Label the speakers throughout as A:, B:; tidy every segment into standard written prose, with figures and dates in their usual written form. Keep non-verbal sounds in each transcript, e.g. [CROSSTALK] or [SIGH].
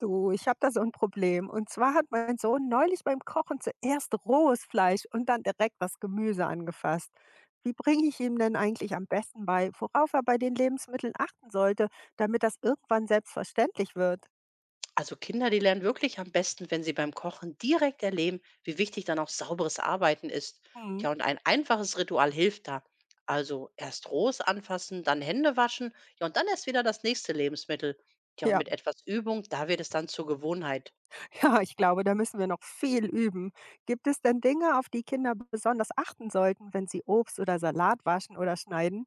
A: Du, ich habe da so ein Problem. Und zwar hat mein Sohn neulich beim Kochen zuerst rohes Fleisch und dann direkt das Gemüse angefasst. Wie bringe ich ihm denn eigentlich am besten bei, worauf er bei den Lebensmitteln achten sollte, damit das irgendwann selbstverständlich wird?
B: Also Kinder, die lernen wirklich am besten, wenn sie beim Kochen direkt erleben, wie wichtig dann auch sauberes Arbeiten ist.
A: Hm,
B: Tja, und ein einfaches Ritual hilft da. Also erst Rohes anfassen, dann Hände waschen, ja, und dann erst wieder das nächste Lebensmittel. Tja, und
A: ja,
B: mit etwas Übung, da wird es dann zur Gewohnheit.
A: [LAUGHS] ja, ich glaube, da müssen wir noch viel üben. Gibt es denn Dinge, auf die Kinder besonders achten sollten, wenn sie Obst oder Salat waschen oder schneiden?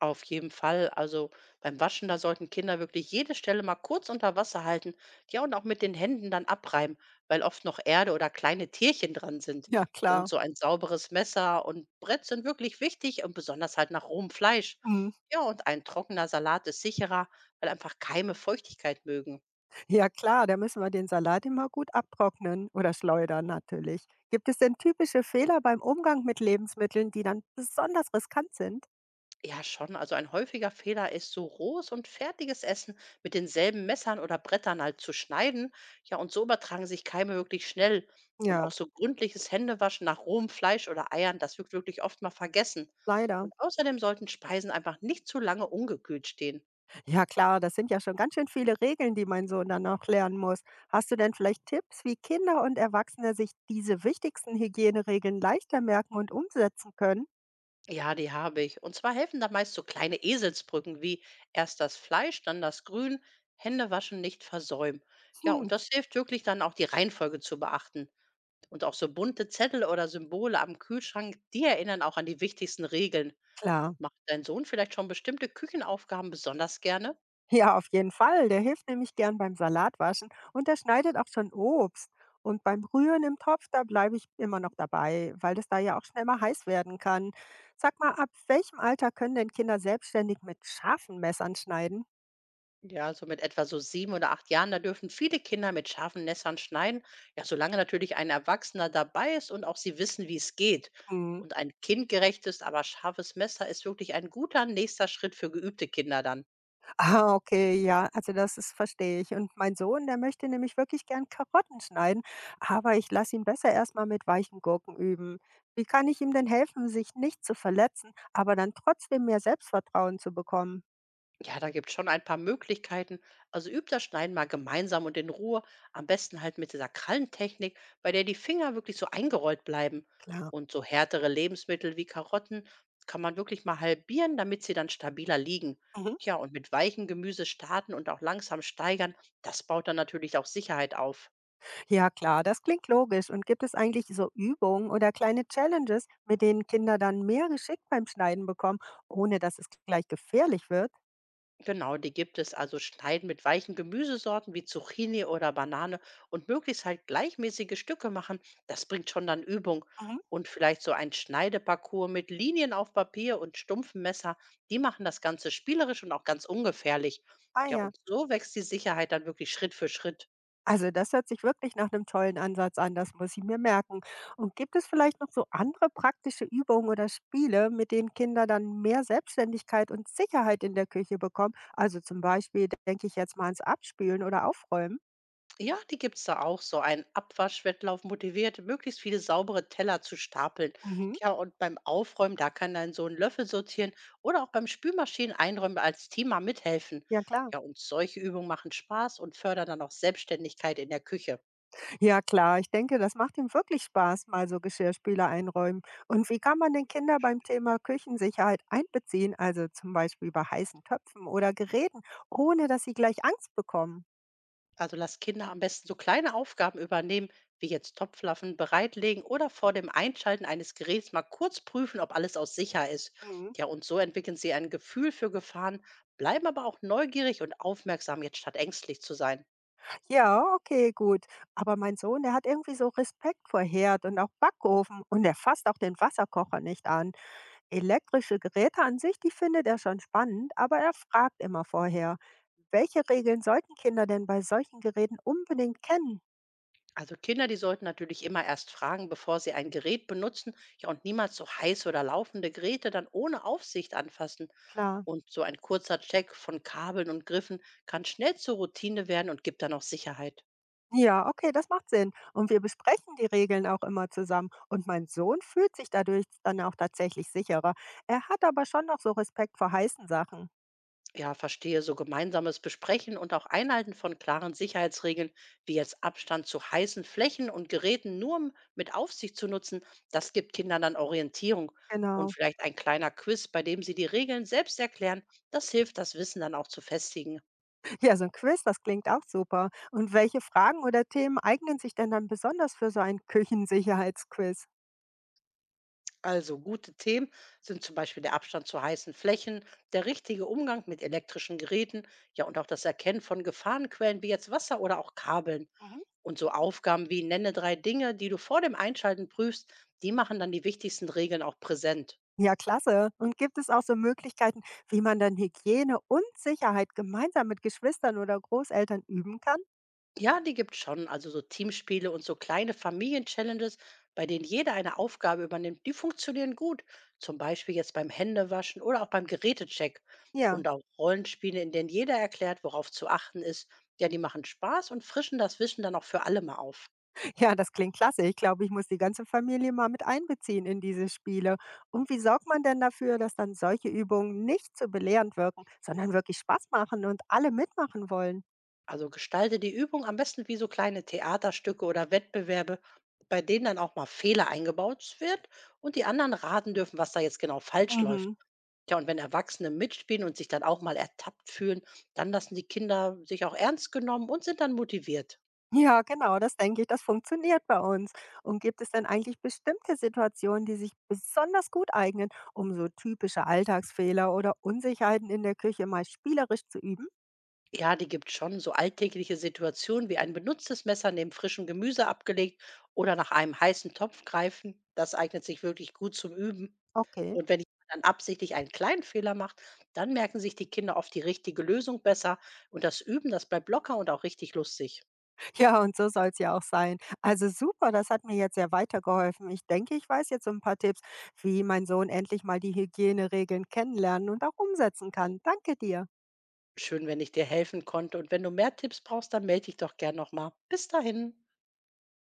B: Auf jeden Fall. Also beim Waschen, da sollten Kinder wirklich jede Stelle mal kurz unter Wasser halten. Ja, und auch mit den Händen dann abreiben, weil oft noch Erde oder kleine Tierchen dran sind.
A: Ja,
B: Und
A: klar.
B: so ein sauberes Messer und Brett sind wirklich wichtig und besonders halt nach rohem Fleisch.
A: Mhm.
B: Ja, und ein trockener Salat ist sicherer, weil einfach Keime Feuchtigkeit mögen.
A: Ja klar, da müssen wir den Salat immer gut abtrocknen oder schleudern natürlich. Gibt es denn typische Fehler beim Umgang mit Lebensmitteln, die dann besonders riskant sind?
B: Ja, schon. Also ein häufiger Fehler ist, so rohes und fertiges Essen mit denselben Messern oder Brettern halt zu schneiden. Ja, und so übertragen sich Keime wirklich schnell. Und auch
A: Ja,
B: so gründliches Händewaschen nach rohem Fleisch oder Eiern, das wird wirklich oft mal vergessen.
A: leider.
B: Und außerdem sollten Speisen einfach nicht zu lange ungekühlt stehen.
A: Ja klar, das sind ja schon ganz schön viele Regeln, die mein Sohn dann noch lernen muss. Hast du denn vielleicht Tipps, wie Kinder und Erwachsene sich diese wichtigsten Hygieneregeln leichter merken und umsetzen können?
B: Ja, die habe ich. Und zwar helfen da meist so kleine Eselsbrücken wie erst das Fleisch, dann das Grün, Händewaschen nicht versäumen. Ja,
A: Hm,
B: und das hilft wirklich dann auch die Reihenfolge zu beachten. Und auch so bunte Zettel oder Symbole am Kühlschrank, die erinnern auch an die wichtigsten Regeln.
A: klar.
B: Macht dein Sohn vielleicht schon bestimmte Küchenaufgaben besonders gerne?
A: Ja, auf jeden Fall. Der hilft nämlich gern beim Salatwaschen und der schneidet auch schon Obst. Und beim Rühren im Topf, da bleibe ich immer noch dabei, weil das da ja auch schnell mal heiß werden kann. Sag mal, ab welchem Alter können denn Kinder selbstständig mit scharfen Messern schneiden?
B: Ja, so mit etwa so 7 oder 8 Jahren, da dürfen viele Kinder mit scharfen Messern schneiden. Ja, solange natürlich ein Erwachsener dabei ist und auch sie wissen, wie es geht.
A: Hm.
B: Und ein
A: [LAUGHS]
B: kindgerechtes, aber scharfes Messer ist wirklich ein guter nächster Schritt für geübte Kinder dann.
A: Ah, okay, ja, also das ist, verstehe ich. Und mein Sohn, der möchte nämlich wirklich gern Karotten schneiden, aber ich lasse ihn besser erstmal mit weichen Gurken üben. Wie kann ich ihm denn helfen, sich nicht zu verletzen, aber dann trotzdem mehr Selbstvertrauen zu bekommen?
B: Ja, da gibt's schon ein paar Möglichkeiten. Also übt das Schneiden mal gemeinsam und in Ruhe. Am besten halt mit dieser Krallentechnik, bei der die Finger wirklich so eingerollt bleiben.
A: Klar.
B: Und so härtere Lebensmittel wie Karotten kann man wirklich mal halbieren, damit sie dann stabiler liegen.
A: Mhm.
B: Tja, und mit weichem Gemüse starten und auch langsam steigern, das baut dann natürlich auch Sicherheit auf.
A: Ja klar, das klingt logisch. Und gibt es eigentlich so Übungen oder kleine Challenges, mit denen Kinder dann mehr Geschick beim Schneiden bekommen, ohne dass es gleich gefährlich wird?
B: Genau, die gibt es. Also schneiden mit weichen Gemüsesorten wie Zucchini oder Banane und möglichst halt gleichmäßige Stücke machen. Das bringt schon dann Übung.
A: Mhm.
B: Und vielleicht so ein Schneideparcours mit Linien auf Papier und stumpfen Messer. Die machen das Ganze spielerisch und auch ganz ungefährlich.
A: Ah
B: Ja,
A: ja,
B: und so wächst die Sicherheit dann wirklich Schritt für Schritt.
A: also das hört sich wirklich nach einem tollen Ansatz an, das muss ich mir merken. Und gibt es vielleicht noch so andere praktische Übungen oder Spiele, mit denen Kinder dann mehr Selbstständigkeit und Sicherheit in der Küche bekommen? Also zum Beispiel denke ich jetzt mal ans Abspülen oder Aufräumen.
B: Ja, die gibt's da auch so. Ein Abwaschwettlauf motiviert, möglichst viele saubere Teller zu stapeln.
A: Mhm.
B: Tja, und beim Aufräumen, da kann dein Sohn Löffel sortieren oder auch beim Spülmaschinen einräumen als Thema mithelfen.
A: Ja klar.
B: Ja, und solche Übungen machen Spaß und fördern dann auch Selbstständigkeit in der Küche.
A: Ja klar, ich denke, das macht ihm wirklich Spaß, mal so Geschirrspüler einräumen. Und wie kann man denn Kinder beim Thema Küchensicherheit einbeziehen, also zum Beispiel bei heißen Töpfen oder Geräten, ohne dass sie gleich Angst bekommen?
B: Also lass Kinder am besten so kleine Aufgaben übernehmen, wie jetzt Topflaffen bereitlegen oder vor dem Einschalten eines Geräts mal kurz prüfen, ob alles aus sicher ist.
A: Mhm.
B: Ja, und so entwickeln sie ein Gefühl für Gefahren, bleiben aber auch neugierig und aufmerksam, jetzt statt ängstlich zu sein.
A: Ja, okay, gut. Aber mein Sohn, der hat irgendwie so Respekt vor Herd und auch Backofen und er fasst auch den Wasserkocher nicht an. Elektrische Geräte an sich, die findet er schon spannend, aber er fragt immer vorher, welche Regeln sollten Kinder denn bei solchen Geräten unbedingt kennen?
B: Also Kinder, die sollten natürlich immer erst fragen, bevor sie ein Gerät benutzen, ja, und niemals so heiße oder laufende Geräte dann ohne Aufsicht anfassen.
A: Klar.
B: Und so ein kurzer Check von Kabeln und Griffen kann schnell zur Routine werden und gibt dann auch Sicherheit.
A: Ja, okay, das macht Sinn. Und wir besprechen die Regeln auch immer zusammen. Und mein Sohn fühlt sich dadurch dann auch tatsächlich sicherer. Er hat aber schon noch so Respekt vor heißen Sachen.
B: Ja, verstehe. So gemeinsames Besprechen und auch Einhalten von klaren Sicherheitsregeln, wie jetzt Abstand zu heißen Flächen und Geräten nur mit Aufsicht zu nutzen, das gibt Kindern dann Orientierung. Und
A: Genau.
B: vielleicht ein kleiner Quiz, bei dem sie die Regeln selbst erklären, das hilft, das Wissen dann auch zu festigen.
A: Ja, so ein Quiz, das klingt auch super. Und welche Fragen oder Themen eignen sich denn dann besonders für so ein Küchensicherheitsquiz?
B: Also gute Themen sind zum Beispiel der Abstand zu heißen Flächen, der richtige Umgang mit elektrischen Geräten, ja und auch das Erkennen von Gefahrenquellen wie jetzt Wasser oder auch Kabeln.
A: Mhm.
B: Und so Aufgaben wie nenne drei Dinge, die du vor dem Einschalten prüfst, die machen dann die wichtigsten Regeln auch präsent.
A: Ja, klasse. Und gibt es auch so Möglichkeiten, wie man dann Hygiene und Sicherheit gemeinsam mit Geschwistern oder Großeltern üben kann?
B: Ja, die gibt's schon. Also so Teamspiele und so kleine Familien-Challenges, bei denen jeder eine Aufgabe übernimmt, die funktionieren gut. Zum Beispiel jetzt beim Händewaschen oder auch beim Gerätecheck.
A: Ja.
B: Und auch Rollenspiele, in denen jeder erklärt, worauf zu achten ist. Ja, die machen Spaß und frischen das Wissen dann auch für alle mal auf.
A: Ja, das klingt klasse. Ich glaube, ich muss die ganze Familie mal mit einbeziehen in diese Spiele. Und wie sorgt man denn dafür, dass dann solche Übungen nicht zu belehrend wirken, sondern wirklich Spaß machen und alle mitmachen wollen?
B: Also gestalte die Übung am besten wie so kleine Theaterstücke oder Wettbewerbe, bei denen dann auch mal Fehler eingebaut wird und die anderen raten dürfen, was da jetzt genau falsch läuft.
A: Mhm.
B: Tja, und wenn Erwachsene mitspielen und sich dann auch mal ertappt fühlen, dann lassen die Kinder sich auch ernst genommen und sind dann motiviert.
A: Ja, genau, das denke ich, das funktioniert bei uns. Und gibt es denn eigentlich bestimmte Situationen, die sich besonders gut eignen, um so typische Alltagsfehler oder Unsicherheiten in der Küche mal spielerisch zu üben?
B: Ja, die gibt schon so alltägliche Situationen wie ein benutztes Messer neben frischem Gemüse abgelegt oder nach einem heißen Topf greifen. Das eignet sich wirklich gut zum Üben.
A: Okay.
B: Und wenn jemand dann absichtlich einen kleinen Fehler macht, dann merken sich die Kinder oft die richtige Lösung besser. Und das Üben, das bleibt locker und auch richtig lustig.
A: Ja, und so soll es ja auch sein. Also super, das hat mir jetzt sehr weitergeholfen. Ich denke, ich weiß jetzt so 'n paar Tipps, wie mein Sohn endlich mal die Hygieneregeln kennenlernen und auch umsetzen kann. Danke dir.
B: Schön, wenn ich dir helfen konnte. Und wenn du mehr Tipps brauchst, dann melde dich doch gern nochmal. Bis dahin.